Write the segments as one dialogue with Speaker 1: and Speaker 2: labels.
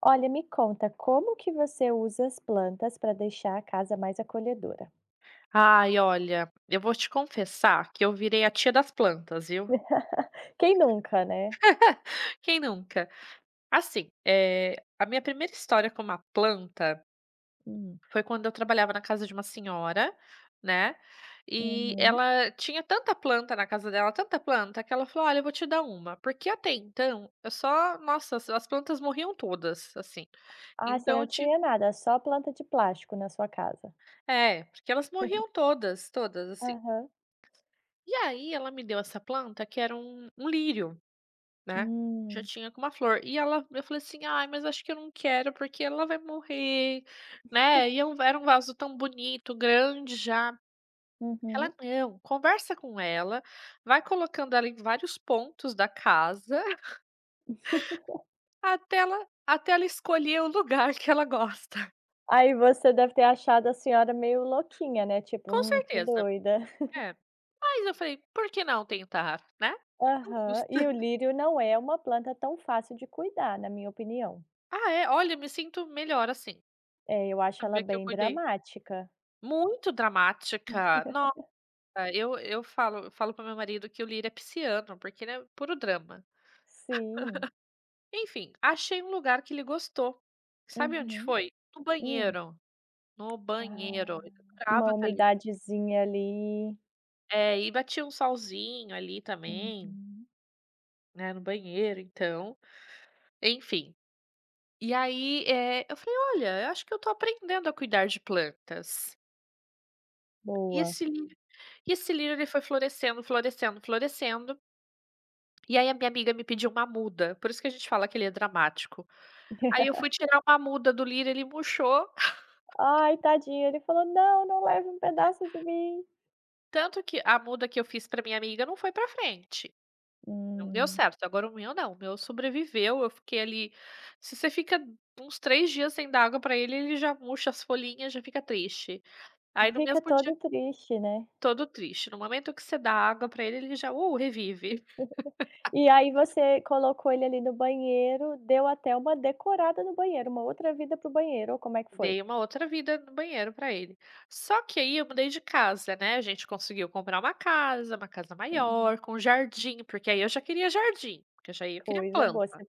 Speaker 1: Olha, me conta, como que você usa as plantas para deixar a casa mais acolhedora?
Speaker 2: Ai, olha, eu vou te confessar que eu virei a tia das plantas, viu.
Speaker 1: Quem nunca, né?
Speaker 2: Quem nunca? Assim, a minha primeira história com uma planta
Speaker 1: Hum,
Speaker 2: foi quando eu trabalhava na casa de uma senhora, né, e
Speaker 1: uhum.
Speaker 2: ela tinha tanta planta na casa dela, tanta planta, que ela falou: "Olha, eu vou te dar uma", porque até então eu só nossa, as plantas morriam todas, assim.
Speaker 1: Ah, você
Speaker 2: Então
Speaker 1: não
Speaker 2: eu ti
Speaker 1: tinha nada, só planta de plástico na sua casa.
Speaker 2: é, porque elas morriam todas, todas, assim.
Speaker 1: Aham.
Speaker 2: E aí ela me deu essa planta que era um lírio. Né, já
Speaker 1: Hum,
Speaker 2: tinha com uma flor. E ela eu falei assim: "Ai, mas acho que eu não quero, porque ela vai morrer", né, e eu era um vaso tão bonito, grande já. Ela:
Speaker 1: uhum.
Speaker 2: "Não, conversa com ela, vai colocando ela em vários pontos da casa, até ela escolher o lugar que ela gosta".
Speaker 1: Aí você deve ter achado a senhora meio louquinha, né? Tipo,
Speaker 2: Com
Speaker 1: que
Speaker 2: certeza,
Speaker 1: doida.
Speaker 2: é. Mas eu falei: "Por que não tentar?", né, não
Speaker 1: Aham.
Speaker 2: custa.
Speaker 1: E o lírio não é uma planta tão fácil de cuidar, na minha opinião.
Speaker 2: Ah é, olha, me sinto melhor assim,
Speaker 1: É, eu acho ela
Speaker 2: saber que eu
Speaker 1: bem
Speaker 2: cuidei.
Speaker 1: dramática.
Speaker 2: Muito dramática. Ah, eu falo para meu marido que o Lira é pisciano, porque ele é puro drama.
Speaker 1: Sim.
Speaker 2: Enfim, achei um lugar que ele gostou. Sabe onde
Speaker 1: Uhum.
Speaker 2: foi? No
Speaker 1: Hum.
Speaker 2: banheiro, no banheiro,
Speaker 1: Ah.
Speaker 2: ele
Speaker 1: Uma
Speaker 2: adorava estar ali.
Speaker 1: umidadezinha ali.
Speaker 2: É, e batia um solzinho ali também,
Speaker 1: Uhum.
Speaker 2: né, no banheiro, então, enfim. E aí, é, eu falei: "Olha, eu acho que eu tô aprendendo a cuidar de plantas". E
Speaker 1: Boa.
Speaker 2: esse Lira e esse Lira ele foi florescendo, florescendo, florescendo. E aí a minha amiga me pediu uma muda, por isso que a gente fala que ele é dramático. Aí eu fui tirar uma muda do Lira, ele murchou,
Speaker 1: "Ai, tadinho", ele falou: "Não, não leve um pedaço de mim".
Speaker 2: tanto que a muda que eu fiz pra minha amiga não foi pra frente, não deu
Speaker 1: Hum.
Speaker 2: certo, agora o meu não, o meu sobreviveu, eu fiquei ali se você fica uns 3 dias sem dar água pra ele, ele já murcha as folhinhas, já fica triste. Aí no
Speaker 1: Fica
Speaker 2: mesmo dia
Speaker 1: todo triste, né.
Speaker 2: todo triste, no momento que você dá água pra ele, ele já, revive.
Speaker 1: E aí você colocou ele ali no banheiro, deu até uma decorada no banheiro, uma outra vida pro banheiro, ou como é que foi?
Speaker 2: Dei uma outra vida no banheiro pra ele. Só que aí eu mudei de casa, né, a gente conseguiu comprar uma casa maior,
Speaker 1: Uhum.
Speaker 2: com jardim, porque aí eu já queria jardim, porque já eu queria
Speaker 1: Coisa boa,
Speaker 2: planta.
Speaker 1: você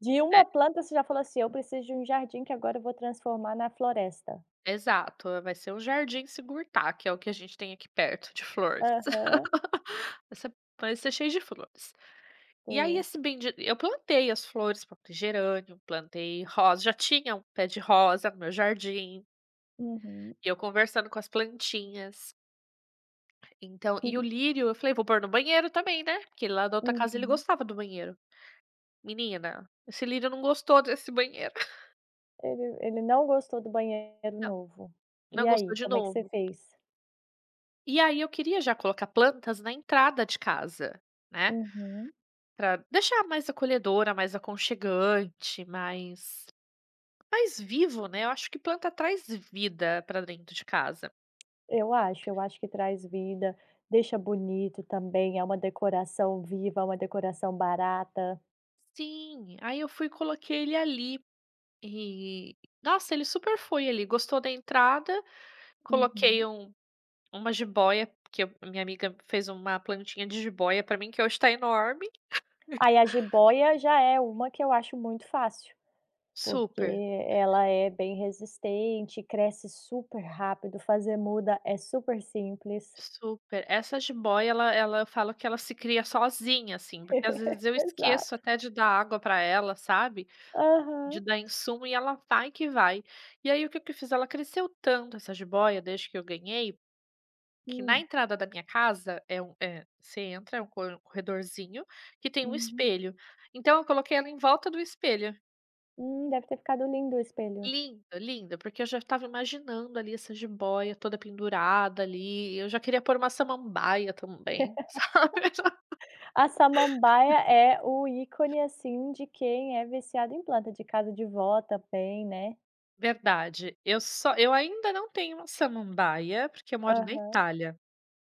Speaker 1: de
Speaker 2: É,
Speaker 1: uma planta você já falou assim: "Eu preciso de um jardim que agora eu vou transformar na floresta".
Speaker 2: exato, vai ser um jardim se que é o que a gente tem aqui perto de flores.
Speaker 1: Aham,
Speaker 2: Essa Vai ser cheio de flores. E aí
Speaker 1: boa.
Speaker 2: esse bendi eu plantei as flores, plantei gerânio, plantei rosa, já tinha um pé de rosa no meu jardim,
Speaker 1: Uhum.
Speaker 2: e eu conversando com as plantinhas. Então e o lírio, eu falei: "Vou pôr no banheiro também, né", porque lá da outra casa ele
Speaker 1: Uhum.
Speaker 2: gostava do banheiro. Menina, esse lírio não gostou desse banheiro.
Speaker 1: Ele não gostou do banheiro
Speaker 2: Não,
Speaker 1: novo.
Speaker 2: não
Speaker 1: E
Speaker 2: gostou
Speaker 1: aí,
Speaker 2: de
Speaker 1: como é que você
Speaker 2: novo.
Speaker 1: fez?
Speaker 2: E aí eu queria já colocar plantas na entrada de casa, né,
Speaker 1: Uhum.
Speaker 2: pra deixar mais acolhedora, mais aconchegante, mais vivo, né, eu acho que planta traz vida pra dentro de casa.
Speaker 1: Eu acho que traz vida, deixa bonito também, é uma decoração viva, uma decoração barata.
Speaker 2: Sim, aí eu fui e coloquei ele ali e, nossa, ele super foi ali, gostou da entrada, coloquei
Speaker 1: Uhum.
Speaker 2: um uma jiboia, que eu minha amiga fez uma plantinha de jiboia pra mim que hoje tá enorme.
Speaker 1: Aí a jiboia já é uma que eu acho muito fácil, porque
Speaker 2: Super.
Speaker 1: ela é bem resistente, cresce super rápido, fazer muda é super simples.
Speaker 2: Super. Essa jiboia ela eu falo que ela se cria sozinha, assim, porque às vezes eu esqueço
Speaker 1: Exato.
Speaker 2: até de dar água pra ela, sabe, de
Speaker 1: Aham.
Speaker 2: dar insumo e ela vai que vai. E aí o que que eu fiz? Ela cresceu tanto essa jiboia desde que eu ganhei, que na
Speaker 1: Hum,
Speaker 2: entrada da minha casa é um é, você entra, é um co corredorzinho que tem um
Speaker 1: uhum.
Speaker 2: espelho. Então eu coloquei ela em volta do espelho.
Speaker 1: Deve ter ficado lindo o espelho.
Speaker 2: Lindo, lindo, porque eu já estava imaginando ali essa jiboia toda pendurada ali, eu já queria pôr uma samambaia também, sabe.
Speaker 1: A samambaia é o ícone, assim, de quem é viciado em planta, de casa de vó também, né.
Speaker 2: Verdade, eu ainda não tenho uma samambaia, porque eu moro na
Speaker 1: Aham.
Speaker 2: Itália,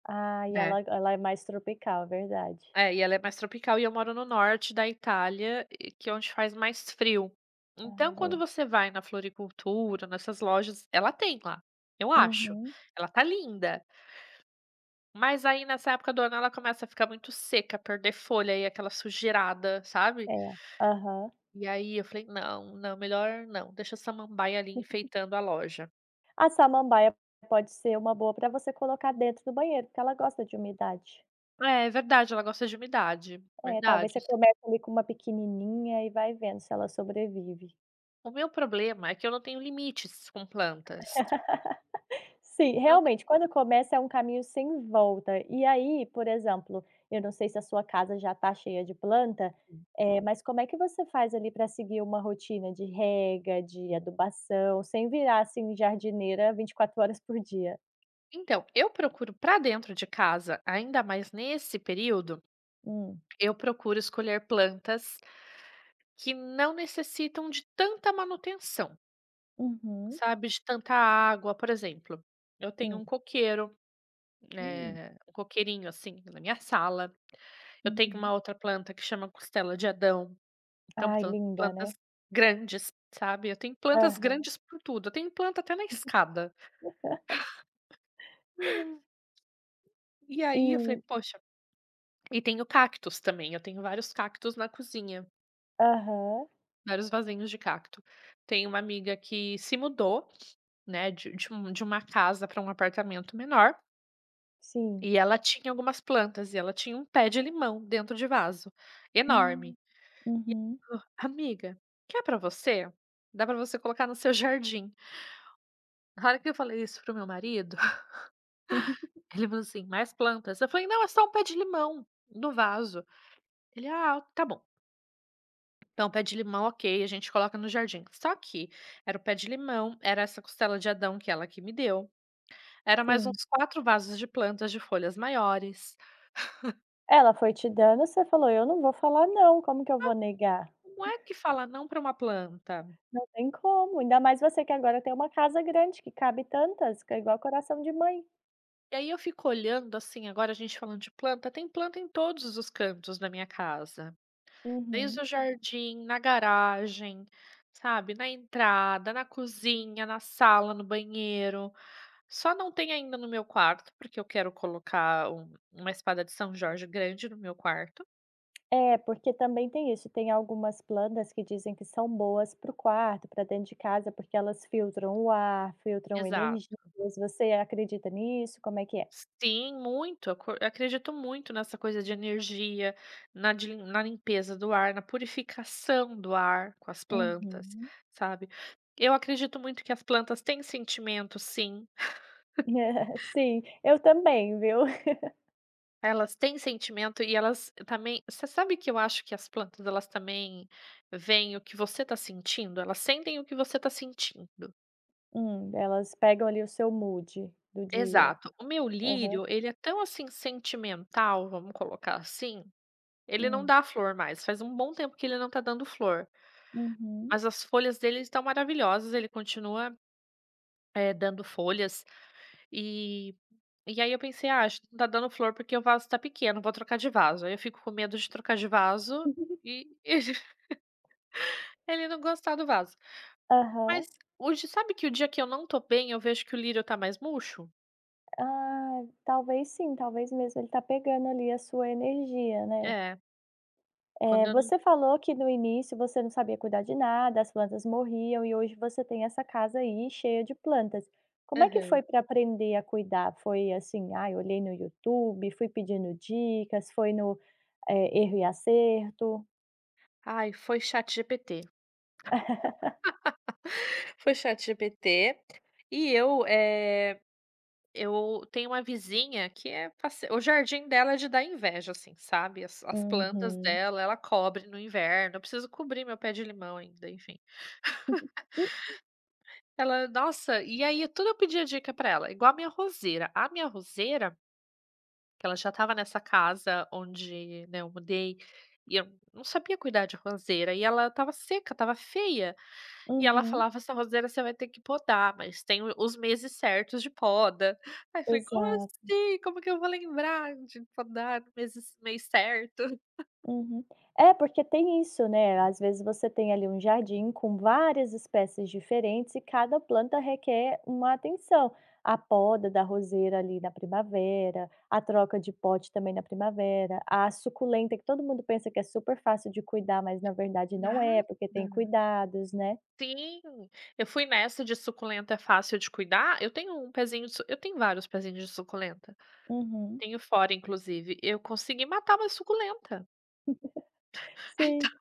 Speaker 1: Ah, e
Speaker 2: né.
Speaker 1: ela é mais tropical, verdade.
Speaker 2: É, e ela é mais tropical e eu moro no norte da Itália, e que é onde faz mais frio. Então
Speaker 1: Ah,
Speaker 2: quando
Speaker 1: É.
Speaker 2: você vai na floricultura, nessas lojas ela tem lá, eu acho,
Speaker 1: Uhum.
Speaker 2: ela tá linda. Mas aí nessa época do ano ela começa a ficar muito seca, perder folha e aquela sujeirada, sabe.
Speaker 1: É. Aham.
Speaker 2: E aí eu falei: "Não, não, melhor não, deixa a samambaia ali enfeitando a loja".
Speaker 1: A samambaia pode ser uma boa pra você colocar dentro do banheiro, porque ela gosta de umidade.
Speaker 2: É, é verdade, ela gosta de umidade,
Speaker 1: É, talvez
Speaker 2: verdade.
Speaker 1: você comece ali com uma pequenininha e vai vendo se ela sobrevive.
Speaker 2: O meu problema é que eu não tenho limites com plantas,
Speaker 1: Sim,
Speaker 2: não tenho.
Speaker 1: realmente, quando começa é um caminho sem volta. E aí, por exemplo, eu não sei se a sua casa já está cheia de planta, mas como é que você faz ali para seguir uma rotina de rega, de adubação, sem virar, assim, jardineira 24 horas por dia?
Speaker 2: Então, eu procuro para dentro de casa, ainda mais nesse período,
Speaker 1: Hum.
Speaker 2: eu procuro escolher plantas que não necessitam de tanta manutenção.
Speaker 1: Uhum.
Speaker 2: Sabe, de tanta água, por exemplo, eu tenho
Speaker 1: Hum.
Speaker 2: um coqueiro,
Speaker 1: Hum.
Speaker 2: um coqueirinho, assim, na minha sala, eu tenho
Speaker 1: Uhum.
Speaker 2: uma outra planta que chama costela de Adão, então
Speaker 1: Ai,
Speaker 2: plan
Speaker 1: linda,
Speaker 2: plantas
Speaker 1: né?
Speaker 2: grandes, sabe, eu tenho plantas
Speaker 1: Aham.
Speaker 2: grandes por tudo, eu tenho planta até na escada. E aí eu falei:
Speaker 1: E
Speaker 2: "Poxa" e tenho cactos também, eu tenho vários cactos na cozinha,
Speaker 1: aham.
Speaker 2: vários vasinhos de cacto. Tenho uma amiga que se mudou, né, de uma casa para um apartamento menor.
Speaker 1: Sim.
Speaker 2: E ela tinha algumas plantas e ela tinha um pé de limão dentro de vaso, enorme.
Speaker 1: Hum.
Speaker 2: E
Speaker 1: Uhum.
Speaker 2: ela falou: "Amiga, quer pra você? Dá pra você colocar no seu jardim". Na hora que eu falei isso pro meu marido, ele falou assim: "Mais plantas?". Eu falei: "Não, é só um pé de limão no vaso". Ele: "Ah, tá bom. Então pé de limão, ok, a gente coloca no jardim". Só que era o pé de limão, era essa costela de Adão que ela que me deu, era mais
Speaker 1: Sim.
Speaker 2: uns 4 vasos de plantas de folhas maiores.
Speaker 1: Ela foi te dando, você falou: "Eu não vou falar não, como que eu vou negar?".
Speaker 2: Como é que fala não pra uma planta?
Speaker 1: Não tem como, ainda mais você que agora tem uma casa grande que cabe tantas, que é igual coração de mãe.
Speaker 2: E aí eu fico olhando assim, agora a gente falando de planta, tem planta em todos os cantos da minha casa, desde
Speaker 1: Uhum.
Speaker 2: o jardim, na garagem, sabe, na entrada, na cozinha, na sala, no banheiro. Só não tem ainda no meu quarto, porque eu quero colocar uma espada de São Jorge grande no meu quarto.
Speaker 1: É, porque também tem isso, tem algumas plantas que dizem que são boas para o quarto, para dentro de casa, porque elas filtram o ar, filtram
Speaker 2: Exato.
Speaker 1: energias. Você acredita nisso? Como é que é?
Speaker 2: Sim, muito. Eu acredito muito nessa coisa de energia, na limpeza do ar, na purificação do ar com as plantas,
Speaker 1: Uhum.
Speaker 2: sabe. Eu acredito muito que as plantas têm sentimento sim,
Speaker 1: Sim, eu também, viu.
Speaker 2: elas têm sentimento e elas também você sabe que eu acho que as plantas elas também veem o que você está sentindo? Elas sentem o que você está sentindo.
Speaker 1: Hum. Elas pegam ali o seu mood do dia.
Speaker 2: Exato. O meu
Speaker 1: Aham.
Speaker 2: lírio, ele é tão, assim, sentimental, vamos colocar assim. Ele não
Speaker 1: Hum.
Speaker 2: dá flor mais, faz um bom tempo que ele não tá dando flor,
Speaker 1: Uhum.
Speaker 2: mas as folhas dele estão maravilhosas, ele continua, dando folhas, e e aí eu pensei: "Ah, acho que não tá dando flor porque o vaso tá pequeno, vou trocar de vaso". Aí eu fico com medo de trocar de vaso e ele não gostar do vaso.
Speaker 1: Aham.
Speaker 2: Mas hoje sabe que o dia que eu não tô bem, eu vejo que o lírio tá mais murcho?
Speaker 1: Ah, talvez sim, talvez mesmo ele tá pegando ali a sua energia, né.
Speaker 2: É, quando
Speaker 1: É,
Speaker 2: eu não.
Speaker 1: você falou que no início você não sabia cuidar de nada, as plantas morriam e hoje você tem essa casa aí cheia de plantas. Como é que
Speaker 2: Aham.
Speaker 1: foi para aprender a cuidar? Foi assim: ah, eu olhei no YouTube, fui pedindo dicas", foi no, erro e acerto?
Speaker 2: Ai, foi ChatGPT. Foi ChatGPT e eu, eu tenho uma vizinha que é face o jardim dela é de dar inveja, assim, sabe, as plantas
Speaker 1: Uhum.
Speaker 2: dela, ela cobre no inverno, eu preciso cobrir meu pé de limão ainda, enfim. Ela Nossa, e aí tudo eu pedia dica pra ela, igual a minha roseira. A minha roseira, que ela já estava nessa casa onde, né, eu mudei, e eu não sabia cuidar de roseira, e ela estava seca, estava feia. E ela
Speaker 1: Uhum,
Speaker 2: falava: "Essa roseira você vai ter que podar, mas tem o os meses certos de poda". Aí eu falei: "Como
Speaker 1: exato.
Speaker 2: assim? Como que eu vou lembrar de podar no meses mês certo?"
Speaker 1: Uhum. É, porque tem isso, né, às vezes você tem ali um jardim com várias espécies diferentes e cada planta requer uma atenção. A poda da roseira ali na primavera, a troca de pote também na primavera, a suculenta que todo mundo pensa que é super fácil de cuidar, mas na verdade não é, porque tem
Speaker 2: Nada.
Speaker 1: cuidados, né.
Speaker 2: Sim, eu fui nessa de suculenta é fácil de cuidar. Eu tenho vários pezinhos de suculenta.
Speaker 1: Uhum.
Speaker 2: Tenho fora, inclusive. Eu consegui matar uma suculenta. Então,
Speaker 1: Sim.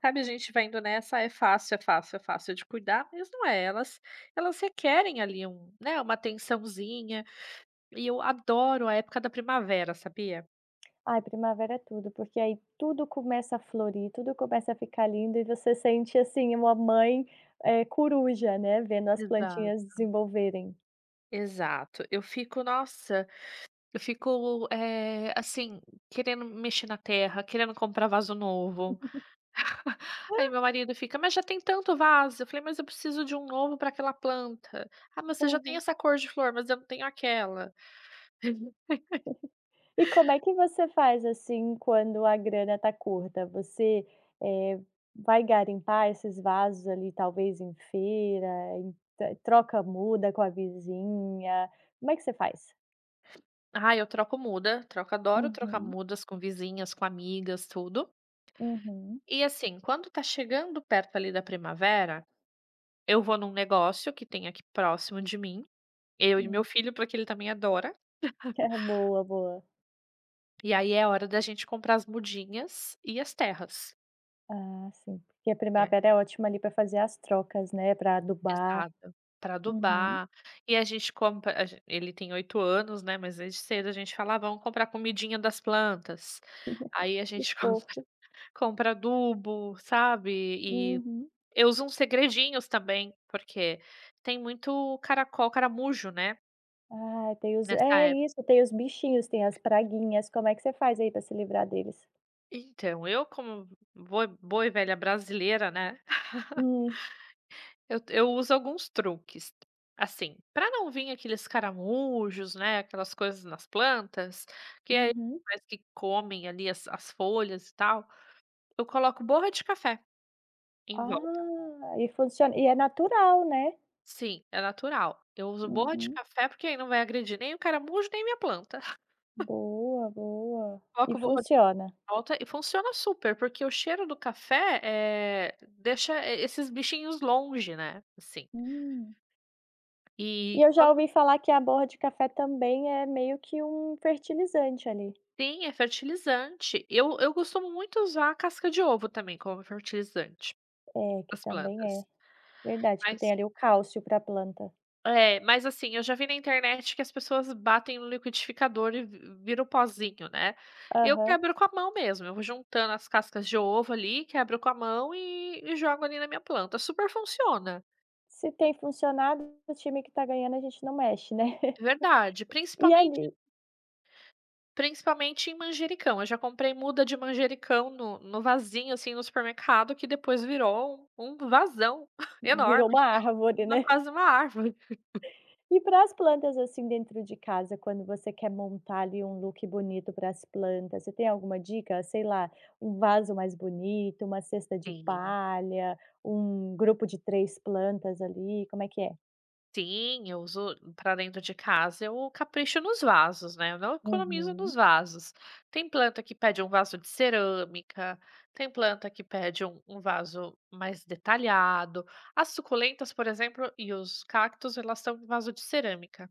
Speaker 2: sabe, a gente vai indo nessa, é fácil, é fácil, é fácil de cuidar, mas não é. Elas requerem ali um, né, uma atençãozinha. E eu adoro a época da primavera, sabia?
Speaker 1: Ai, primavera é tudo, porque aí tudo começa a florir, tudo começa a ficar lindo e você sente, assim, uma mãe, coruja, né, vendo as
Speaker 2: Exato.
Speaker 1: plantinhas desenvolverem.
Speaker 2: Exato. Eu fico, nossa, eu fico, assim, querendo mexer na terra, querendo comprar vaso novo. Aí meu marido fica: "Mas já tem tanto vaso". Eu falei: "Mas eu preciso de um novo para aquela planta". "Ah, mas você já tem
Speaker 1: Aham.
Speaker 2: essa cor de flor, mas eu não tenho aquela".
Speaker 1: E como é que você faz, assim, quando a grana tá curta? Você, eh, vai garimpar esses vasos ali, talvez em feira, em t troca muda com a vizinha, como é que você faz?
Speaker 2: Ah, eu troco muda, troco adoro trocar
Speaker 1: Uhum,
Speaker 2: mudas com vizinhas, com amigas, tudo.
Speaker 1: uhum,
Speaker 2: E assim, quando tá chegando perto ali da primavera, eu vou num negócio que tem aqui próximo de mim. Eu e meu
Speaker 1: hum.
Speaker 2: filho, porque ele também adora.
Speaker 1: É, boa, boa.
Speaker 2: E aí é hora da gente comprar as mudinhas e as terras.
Speaker 1: Ah, sim, porque a
Speaker 2: E é
Speaker 1: primavera é ótima ali para fazer as trocas, né, para adubar.
Speaker 2: exato, pra
Speaker 1: Uhum.
Speaker 2: adubar. E a gente compra a gen ele tem 8 anos, né, mas desde cedo a gente fala: "Ah, vamos comprar comidinha das plantas". Aí a
Speaker 1: Que
Speaker 2: gente com
Speaker 1: fofo.
Speaker 2: compra adubo, sabe. E
Speaker 1: Uhum.
Speaker 2: eu uso uns segredinhos também, porque tem muito caracol, caramujo, né,
Speaker 1: Ai, tem os
Speaker 2: nessa
Speaker 1: é
Speaker 2: época.
Speaker 1: isso, tem os bichinhos, tem as praguinhas. Como é que você faz aí para se livrar deles?
Speaker 2: Então, eu como boa boa e velha brasileira, né.
Speaker 1: Hum.
Speaker 2: Eu uso alguns truques, assim, para não vir aqueles caramujos, né, aquelas coisas nas plantas, que aí
Speaker 1: Uhum.
Speaker 2: parece que comem ali as folhas e tal, eu coloco borra de café em volta.
Speaker 1: Ah, e funciona e é natural, né?
Speaker 2: Sim, é natural. Eu uso borra de
Speaker 1: Uhum.
Speaker 2: café, porque aí não vai agredir nem o caramujo, nem minha planta.
Speaker 1: Boa, boa. E
Speaker 2: Coloco borra de café
Speaker 1: funciona.
Speaker 2: em volta e funciona super, porque o cheiro do café, deixa esses bichinhos longe, né, assim.
Speaker 1: Hum.
Speaker 2: E
Speaker 1: E eu já ouvi falar que a borra de café também é meio que um fertilizante ali.
Speaker 2: Sim, é fertilizante. Eu costumo muito usar a casca de ovo também como fertilizante
Speaker 1: É, que
Speaker 2: nas
Speaker 1: também é.
Speaker 2: plantas,
Speaker 1: Verdade, que
Speaker 2: mas
Speaker 1: tem ali o cálcio pra planta.
Speaker 2: é, mas assim, eu já vi na internet que as pessoas batem no liquidificador e vi vira o pozinho, né. Eu
Speaker 1: Aham.
Speaker 2: quebro com a mão mesmo, eu vou juntando as cascas de ovo ali, quebro com a mão e jogo ali na minha planta, super funciona.
Speaker 1: Se tem funcionado, o time que tá ganhando a gente não mexe, né.
Speaker 2: Verdade,
Speaker 1: E
Speaker 2: principalmente
Speaker 1: ali
Speaker 2: principalmente em manjericão, eu já comprei muda de manjericão no vasinho, assim, no supermercado que depois virou um vasão
Speaker 1: virou
Speaker 2: enorme.
Speaker 1: uma árvore,
Speaker 2: Uma
Speaker 1: né.
Speaker 2: Quase uma árvore.
Speaker 1: E para as plantas, assim, dentro de casa, quando você quer montar ali um look bonito para as plantas, você tem alguma dica? Sei lá, um vaso mais bonito, uma cesta de
Speaker 2: Sim,
Speaker 1: palha, um grupo de 3 plantas ali, como é que é?
Speaker 2: sim, eu uso para dentro de casa, eu capricho nos vasos, né, eu não economizo nos
Speaker 1: Uhum,
Speaker 2: vasos. Tem planta que pede um vaso de cerâmica, tem planta que pede um vaso mais detalhado. As suculentas, por exemplo, e os cactos, elas são em vaso de cerâmica,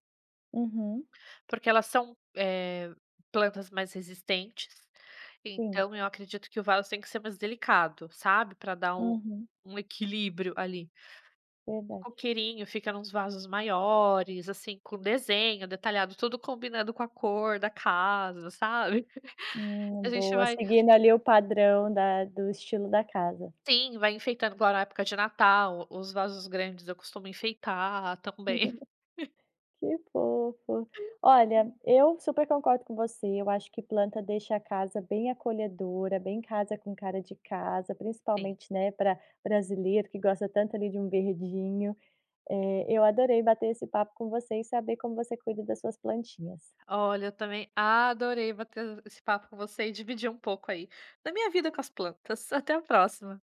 Speaker 1: uhum,
Speaker 2: porque elas são, plantas mais resistentes,
Speaker 1: sim,
Speaker 2: então eu acredito que o vaso tem que ser mais delicado, sabe, para dar um
Speaker 1: uhum,
Speaker 2: um equilíbrio ali. O
Speaker 1: verdade.
Speaker 2: coqueirinho fica nos vasos maiores, assim, com desenho detalhado, tudo combinando com a cor da casa, sabe. A gente
Speaker 1: Boa,
Speaker 2: vai
Speaker 1: seguindo ali o padrão da do estilo da casa.
Speaker 2: sim, vai enfeitando agora na época de Natal, os vasos grandes eu costumo enfeitar também.
Speaker 1: Que fofo. Olha, eu super concordo com você, eu acho que planta deixa a casa bem acolhedora, bem casa com cara de casa,
Speaker 2: Sim.
Speaker 1: principalmente, né, para brasileiro que gosta tanto ali de um verdinho. Eu adorei bater esse papo com você e saber como você cuida das suas plantinhas.
Speaker 2: Olha, eu também adorei bater esse papo com você e dividir um pouco aí da minha vida com as plantas. Até a próxima.